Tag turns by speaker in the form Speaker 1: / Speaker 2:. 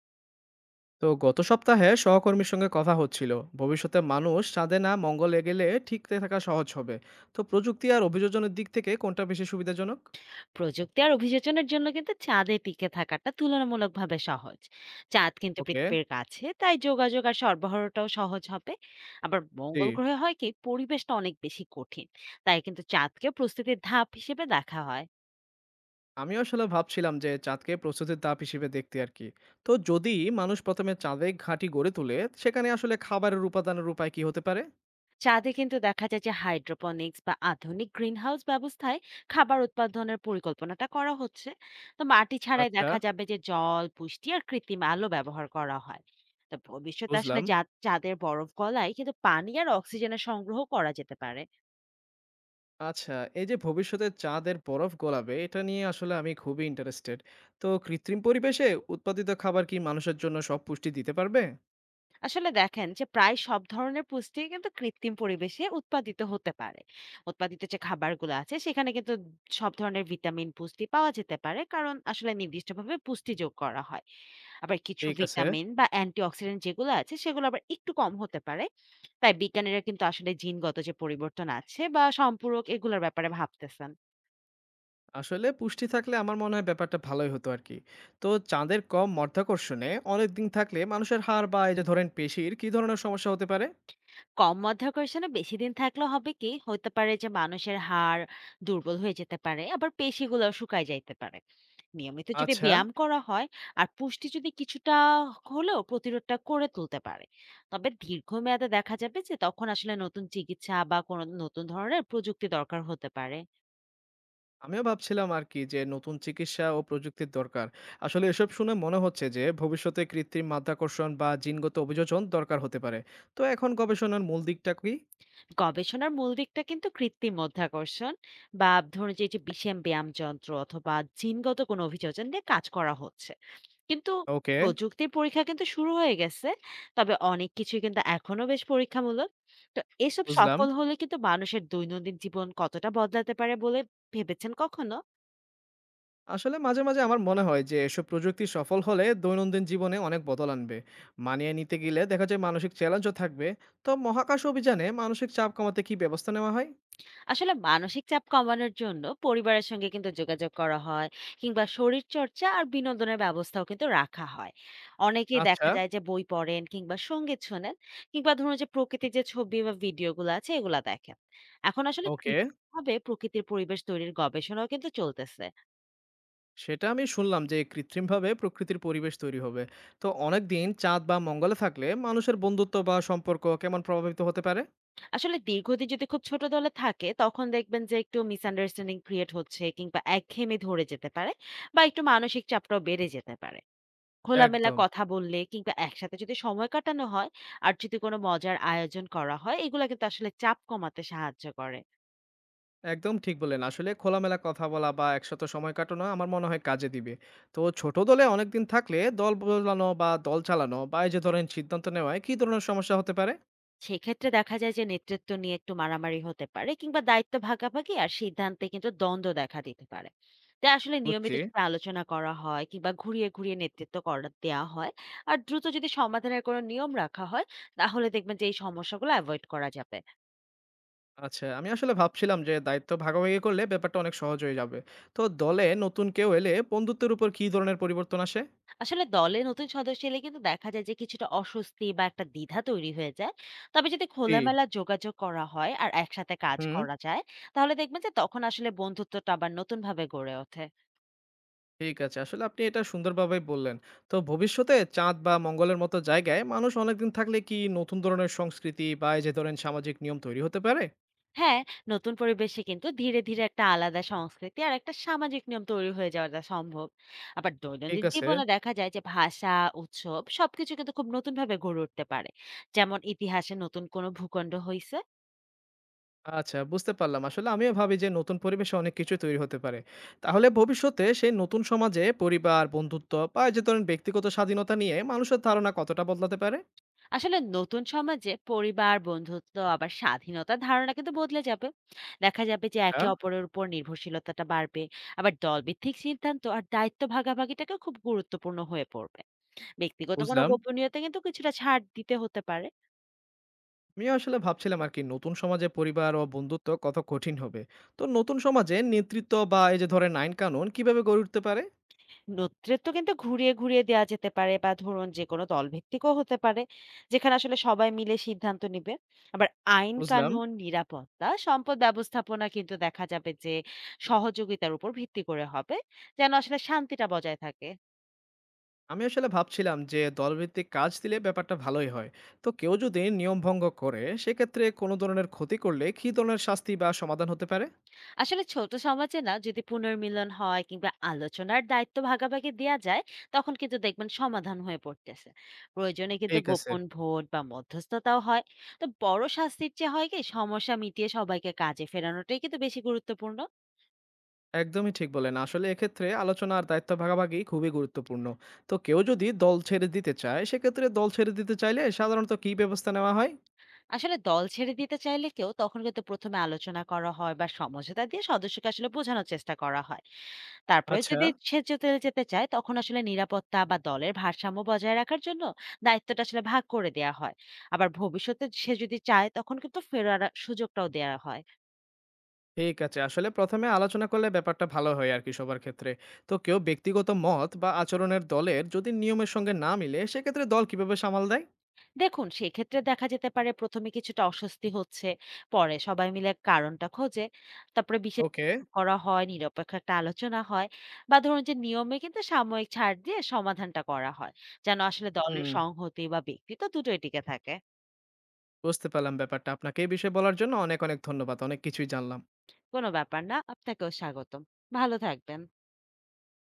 Speaker 1: তো গত সপ্তাহে সহকর্মীর সঙ্গে কথা হচ্ছিল ভবিষ্যতে মানুষ চাঁদে না মঙ্গলে গেলে ঠিকতে থাকা সহজ হবে। তো প্রযুক্তি আর অভিযোজনের দিক থেকে কোনটা বেশি সুবিধাজনক?
Speaker 2: প্রযুক্তি আর অভিযোজনের জন্য কিন্তু চাঁদে টিকে থাকাটা তুলনামূলকভাবে সহজ। চাঁদ কিন্তু
Speaker 1: ওকে।
Speaker 2: পৃথিবীর কাছে, তাই যোগাযোগ আর সরবরাহটাও সহজ হবে। আবার
Speaker 1: জি।
Speaker 2: মঙ্গল গ্রহে হয় কি, পরিবেশটা অনেক বেশি কঠিন। তাই কিন্তু চাঁদকে প্রস্তুতির ধাপ হিসেবে দেখা হয়।
Speaker 1: আমি আসলে ভাবছিলাম যে চাঁদকে প্রস্তুতির ধাপ হিসেবে দেখতে আর কি। তো যদি মানুষ প্রথমে চাঁদে ঘাঁটি গড়ে তোলে, সেখানে আসলে খাবারের উপাদানের উপায় কি হতে পারে?
Speaker 2: চাঁদে কিন্তু দেখা যায় যে হাইড্রোপনিক্স বা আধুনিক গ্রিনহাউস ব্যবস্থায় খাবার উৎপাদনের পরিকল্পনাটা করা হচ্ছে। তো মাটি ছাড়াই
Speaker 1: আচ্ছা।
Speaker 2: দেখা যাবে যে জল, পুষ্টি আর কৃত্রিম আলো ব্যবহার করা হয়। তো ভবিষ্যতে আসলে
Speaker 1: বুঝলাম।
Speaker 2: চাঁদের বরফ গলায় কিন্তু পানি আর অক্সিজেনের সংগ্রহ করা যেতে পারে।
Speaker 1: আচ্ছা। এই যে ভবিষ্যতে চাঁদের বরফ গলাবে, এটা নিয়ে আসলে আমি খুবই ইন্টারেস্টেড। তো কৃত্রিম পরিবেশে উৎপাদিত খাবার কি মানুষের জন্য সব পুষ্টি দিতে পারবে?
Speaker 2: আসলে দেখেন যে প্রায় সব ধরনের পুষ্টি কিন্তু কৃত্রিম পরিবেশে উৎপাদিত হতে পারে। উৎপাদিত যে খাবারগুলো আছে সেখানে কিন্তু সব ধরনের ভিটামিন, পুষ্টি পাওয়া যেতে পারে, কারণ আসলে নির্দিষ্টভাবে পুষ্টি যোগ করা হয়। আবার কিছু
Speaker 1: ঠিক আছে।
Speaker 2: ভিটামিন বা অ্যান্টিঅক্সিডেন্ট যেগুলো আছে সেগুলো আবার একটু কম হতে পারে। তাই বিজ্ঞানীরা কিন্তু আসলে জিনগত যে পরিবর্তন আছে বা সম্পূরক, এগুলোর ব্যাপারে ভাবতেছেন।
Speaker 1: আসলে পুষ্টি থাকলে আমার মনে হয় ব্যাপারটা ভালোই হতো আরকি। তো চাঁদের কম মধ্যাকর্ষণে অনেক দিন থাকলে মানুষের হাড় বা এই যে ধরেন পেশির কি ধরনের সমস্যা হতে পারে?
Speaker 2: কম মাধ্যাকর্ষণে বেশি দিন থাকলে হবে কি, হতে পারে যে মানুষের হাড় দুর্বল হয়ে যেতে পারে, আবার পেশিগুলো শুকায় যাইতে পারে। নিয়মিত যদি
Speaker 1: আচ্ছা,
Speaker 2: ব্যায়াম করা হয় আর পুষ্টি যদি কিছুটা হলেও, প্রতিরোধটা করে তুলতে পারে। তবে দীর্ঘমেয়াদে দেখা যাবে যে তখন আসলে নতুন চিকিৎসা বা কোনো নতুন ধরনের প্রযুক্তি দরকার হতে পারে।
Speaker 1: আমিও ভাবছিলাম আরকি যে নতুন চিকিৎসা ও প্রযুক্তির দরকার। আসলে এসব শুনে মনে হচ্ছে যে ভবিষ্যতে কৃত্রিম মাধ্যাকর্ষণ বা জিনগত অভিযোজন দরকার হতে পারে। তো এখন গবেষণার মূল দিকটা কি?
Speaker 2: গবেষণার মূল দিকটা কিন্তু কৃত্রিম মাধ্যাকর্ষণ বা ধরুন যে এই যে বিষম ব্যায়াম যন্ত্র অথবা জিনগত কোনো অভিযোজন নিয়ে কাজ করা হচ্ছে কিন্তু।
Speaker 1: ওকে।
Speaker 2: প্রযুক্তির পরীক্ষা কিন্তু শুরু হয়ে গেছে, তবে অনেক কিছুই কিন্তু এখনো বেশ পরীক্ষামূলক। তো এসব
Speaker 1: বুঝলাম।
Speaker 2: সফল হলে কিন্তু মানুষের দৈনন্দিন জীবন কতটা বদলাতে পারে বলে ভেবেছেন কখনো?
Speaker 1: আসলে মাঝে মাঝে আমার মনে হয় যে এসব প্রযুক্তি সফল হলে দৈনন্দিন জীবনে অনেক বদল আনবে। মানিয়ে নিতে গেলে দেখা যায় মানসিক চ্যালেঞ্জও থাকবে। তো মহাকাশ অভিযানে মানসিক চাপ কমাতে কি ব্যবস্থা নেওয়া হয়?
Speaker 2: আসলে মানসিক চাপ কমানোর জন্য পরিবারের সঙ্গে কিন্তু যোগাযোগ করা হয়, কিংবা শরীর চর্চা আর বিনোদনের ব্যবস্থাও কিন্তু রাখা হয়। অনেকেই
Speaker 1: আচ্ছা।
Speaker 2: দেখা যায় যে বই পড়েন কিংবা সঙ্গীত শোনেন, কিংবা ধরুন যে প্রকৃতির যে ছবি বা ভিডিওগুলো আছে এগুলা দেখেন। এখন আসলে
Speaker 1: ওকে।
Speaker 2: ভাবে প্রকৃতির পরিবেশ তৈরির গবেষণাও কিন্তু চলতেছে।
Speaker 1: সেটা আমি শুনলাম যে কৃত্রিমভাবে প্রকৃতির পরিবেশ তৈরি হবে। তো অনেকদিন চাঁদ বা মঙ্গলে থাকলে মানুষের বন্ধুত্ব বা সম্পর্ক কেমন প্রভাবিত হতে পারে?
Speaker 2: আসলে দীর্ঘদিন যদি খুব ছোট দলে থাকে তখন দেখবেন যে একটু মিসআন্ডারস্ট্যান্ডিং ক্রিয়েট হচ্ছে কিংবা একঘেয়েমি ধরে যেতে পারে, বা একটু মানসিক চাপটাও বেড়ে যেতে পারে। খোলামেলা
Speaker 1: একদম।
Speaker 2: কথা বললে কিংবা একসাথে যদি সময় কাটানো হয় আর যদি কোনো মজার আয়োজন করা হয়, এগুলো কিন্তু আসলে চাপ কমাতে সাহায্য করে।
Speaker 1: একদম ঠিক বললেন। আসলে খোলামেলা কথা বলা বা একসাথে সময় কাটানো আমার মনে হয় কাজে দিবে। তো ছোট দলে অনেকদিন থাকলে দল বদলানো বা দল চালানো বা এই যে ধরেন সিদ্ধান্ত নেওয়ায় কি ধরনের সমস্যা হতে পারে?
Speaker 2: সেক্ষেত্রে দেখা যায় যে নেতৃত্ব নিয়ে একটু মারামারি হতে পারে, কিংবা দায়িত্ব ভাগাভাগি আর সিদ্ধান্তে কিন্তু দ্বন্দ্ব দেখা দিতে পারে। তাই আসলে নিয়মিত
Speaker 1: বুঝছি।
Speaker 2: যদি আলোচনা করা হয় কিংবা ঘুরিয়ে ঘুরিয়ে নেতৃত্ব করা দেওয়া হয় আর দ্রুত যদি সমাধানের কোনো নিয়ম রাখা হয়, তাহলে দেখবেন যে এই সমস্যাগুলো অ্যাভয়েড করা যাবে।
Speaker 1: আচ্ছা, আমি আসলে ভাবছিলাম যে দায়িত্ব ভাগাভাগি করলে ব্যাপারটা অনেক সহজ হয়ে যাবে। তো দলে নতুন কেউ এলে বন্ধুত্বের উপর কি ধরনের পরিবর্তন আসে?
Speaker 2: আসলে দলে নতুন সদস্য এলে কিন্তু দেখা যায় যে কিছুটা অস্বস্তি বা একটা দ্বিধা তৈরি হয়ে যায়। তবে যদি
Speaker 1: জি।
Speaker 2: খোলামেলা যোগাযোগ করা হয় আর একসাথে কাজ
Speaker 1: হুম।
Speaker 2: করা যায়, তাহলে দেখবেন যে তখন আসলে বন্ধুত্বটা আবার নতুন ভাবে গড়ে ওঠে।
Speaker 1: ঠিক আছে। আসলে আপনি এটা সুন্দরভাবে বললেন। তো ভবিষ্যতে চাঁদ বা মঙ্গলের মতো জায়গায় মানুষ অনেকদিন থাকলে কি নতুন ধরনের সংস্কৃতি বা এই যে ধরেন সামাজিক নিয়ম তৈরি হতে পারে?
Speaker 2: হ্যাঁ, নতুন পরিবেশে কিন্তু ধীরে ধীরে একটা আলাদা সংস্কৃতি আর একটা সামাজিক নিয়ম তৈরি হয়ে যাওয়াটা সম্ভব। আবার
Speaker 1: ঠিক
Speaker 2: দৈনন্দিন
Speaker 1: আছে।
Speaker 2: জীবনে দেখা যায় যে ভাষা, উৎসব সবকিছু কিন্তু খুব নতুন ভাবে গড়ে উঠতে পারে, যেমন ইতিহাসে নতুন কোনো ভূখণ্ড হয়েছে।
Speaker 1: আচ্ছা, বুঝতে পারলাম। আসলে আমিও ভাবি যে নতুন পরিবেশে অনেক কিছুই তৈরি হতে পারে। তাহলে ভবিষ্যতে সেই নতুন সমাজে পরিবার, বন্ধুত্ব বা এই যে ধরেন ব্যক্তিগত স্বাধীনতা নিয়ে মানুষের ধারণা কতটা বদলাতে পারে?
Speaker 2: আসলে নতুন সমাজে পরিবার, বন্ধুত্ব আবার স্বাধীনতার ধারণা কিন্তু বদলে যাবে। দেখা যাবে যে
Speaker 1: আ
Speaker 2: একে অপরের উপর নির্ভরশীলতাটা বাড়বে। আবার দলভিত্তিক সিদ্ধান্ত আর দায়িত্ব ভাগাভাগিটাকে খুব গুরুত্বপূর্ণ হয়ে পড়বে। ব্যক্তিগত কোনো
Speaker 1: বুঝলাম।
Speaker 2: গোপনীয়তা কিন্তু কিছুটা ছাড় দিতে হতে পারে।
Speaker 1: আমিও আসলে ভাবছিলাম আরকি নতুন সমাজে পরিবার ও বন্ধুত্ব কত কঠিন হবে। তো নতুন সমাজে নেতৃত্ব বা এই যে ধরেন আইন কানুন কিভাবে গড়ে উঠতে পারে?
Speaker 2: নেতৃত্ব কিন্তু ঘুরিয়ে ঘুরিয়ে দেয়া যেতে পারে, বা ধরুন যেকোনো দলভিত্তিকও হতে পারে। যেখানে আসলে সবাই মিলে সিদ্ধান্ত নিবে। আবার আইন
Speaker 1: বুঝলাম।
Speaker 2: কানুন, নিরাপত্তা, সম্পদ ব্যবস্থাপনা কিন্তু দেখা যাবে যে সহযোগিতার উপর ভিত্তি করে হবে। যেন আসলে শান্তিটা বজায় থাকে।
Speaker 1: আমি আসলে ভাবছিলাম যে দলভিত্তিক কাজ দিলে ব্যাপারটা ভালোই হয়। তো কেউ যদি নিয়ম ভঙ্গ করে সেক্ষেত্রে কোনো ধরনের ক্ষতি করলে কি ধরনের শাস্তি বা সমাধান হতে পারে?
Speaker 2: আসলে ছোট সমাজে না, যদি পুনর্মিলন হয় কিংবা আলোচনার দায়িত্ব ভাগাভাগি দেওয়া যায়, তখন কিন্তু দেখবেন সমাধান হয়ে পড়তেছে। প্রয়োজনে কিন্তু
Speaker 1: ঠিক আছে।
Speaker 2: গোপন ভোট বা মধ্যস্থতাও হয়। তো বড় শাস্তির চেয়ে হয় কি, সমস্যা মিটিয়ে সবাইকে কাজে ফেরানোটাই কিন্তু বেশি গুরুত্বপূর্ণ।
Speaker 1: একদমই ঠিক বলেন, আসলে এক্ষেত্রে আলোচনা আর দায়িত্ব ভাগাভাগি খুবই গুরুত্বপূর্ণ। তো কেউ যদি দল ছেড়ে দিতে চায় সেক্ষেত্রে দল ছেড়ে দিতে চাইলে সাধারণত কি ব্যবস্থা নেওয়া হয়?
Speaker 2: আসলে দল ছেড়ে দিতে চাইলে কেউ তখন কিন্তু প্রথমে আলোচনা করা হয় বা সমঝোতা দিয়ে সদস্যকে আসলে বোঝানোর চেষ্টা করা হয়। তারপরে
Speaker 1: আচ্ছা।
Speaker 2: যদি সে যেতে যেতে চায়, তখন আসলে নিরাপত্তা বা দলের ভারসাম্য বজায় রাখার জন্য দায়িত্বটা আসলে ভাগ করে দেয়া হয়। আবার ভবিষ্যতে সে যদি চায় তখন কিন্তু ফেরার সুযোগটাও দেয়া হয়।
Speaker 1: ঠিক আছে, আসলে প্রথমে আলোচনা করলে ব্যাপারটা ভালো হয় আর কি সবার ক্ষেত্রে। তো কেউ ব্যক্তিগত মত বা আচরণের দলের যদি নিয়মের সঙ্গে না মিলে সেক্ষেত্রে দল কিভাবে সামাল দেয়?
Speaker 2: দেখুন সেক্ষেত্রে দেখা যেতে পারে প্রথমে কিছুটা অস্বস্তি হচ্ছে, পরে সবাই মিলে কারণটা খোঁজে। তারপরে বিশেষ
Speaker 1: ওকে।
Speaker 2: করা হয়, নিরপেক্ষ একটা আলোচনা হয়, বা ধরুন যে নিয়মে কিন্তু সাময়িক ছাড় দিয়ে সমাধানটা করা হয়, যেন আসলে
Speaker 1: হুম।
Speaker 2: দলের সংহতি বা ব্যক্তিত্ব দুটোই টিকে থাকে।
Speaker 1: বুঝতে পারলাম ব্যাপারটা। আপনাকে এই বিষয়ে বলার জন্য অনেক ধন্যবাদ। অনেক কিছুই জানলাম।
Speaker 2: কোনো ব্যাপার না, আপনাকেও স্বাগতম। ভালো থাকবেন।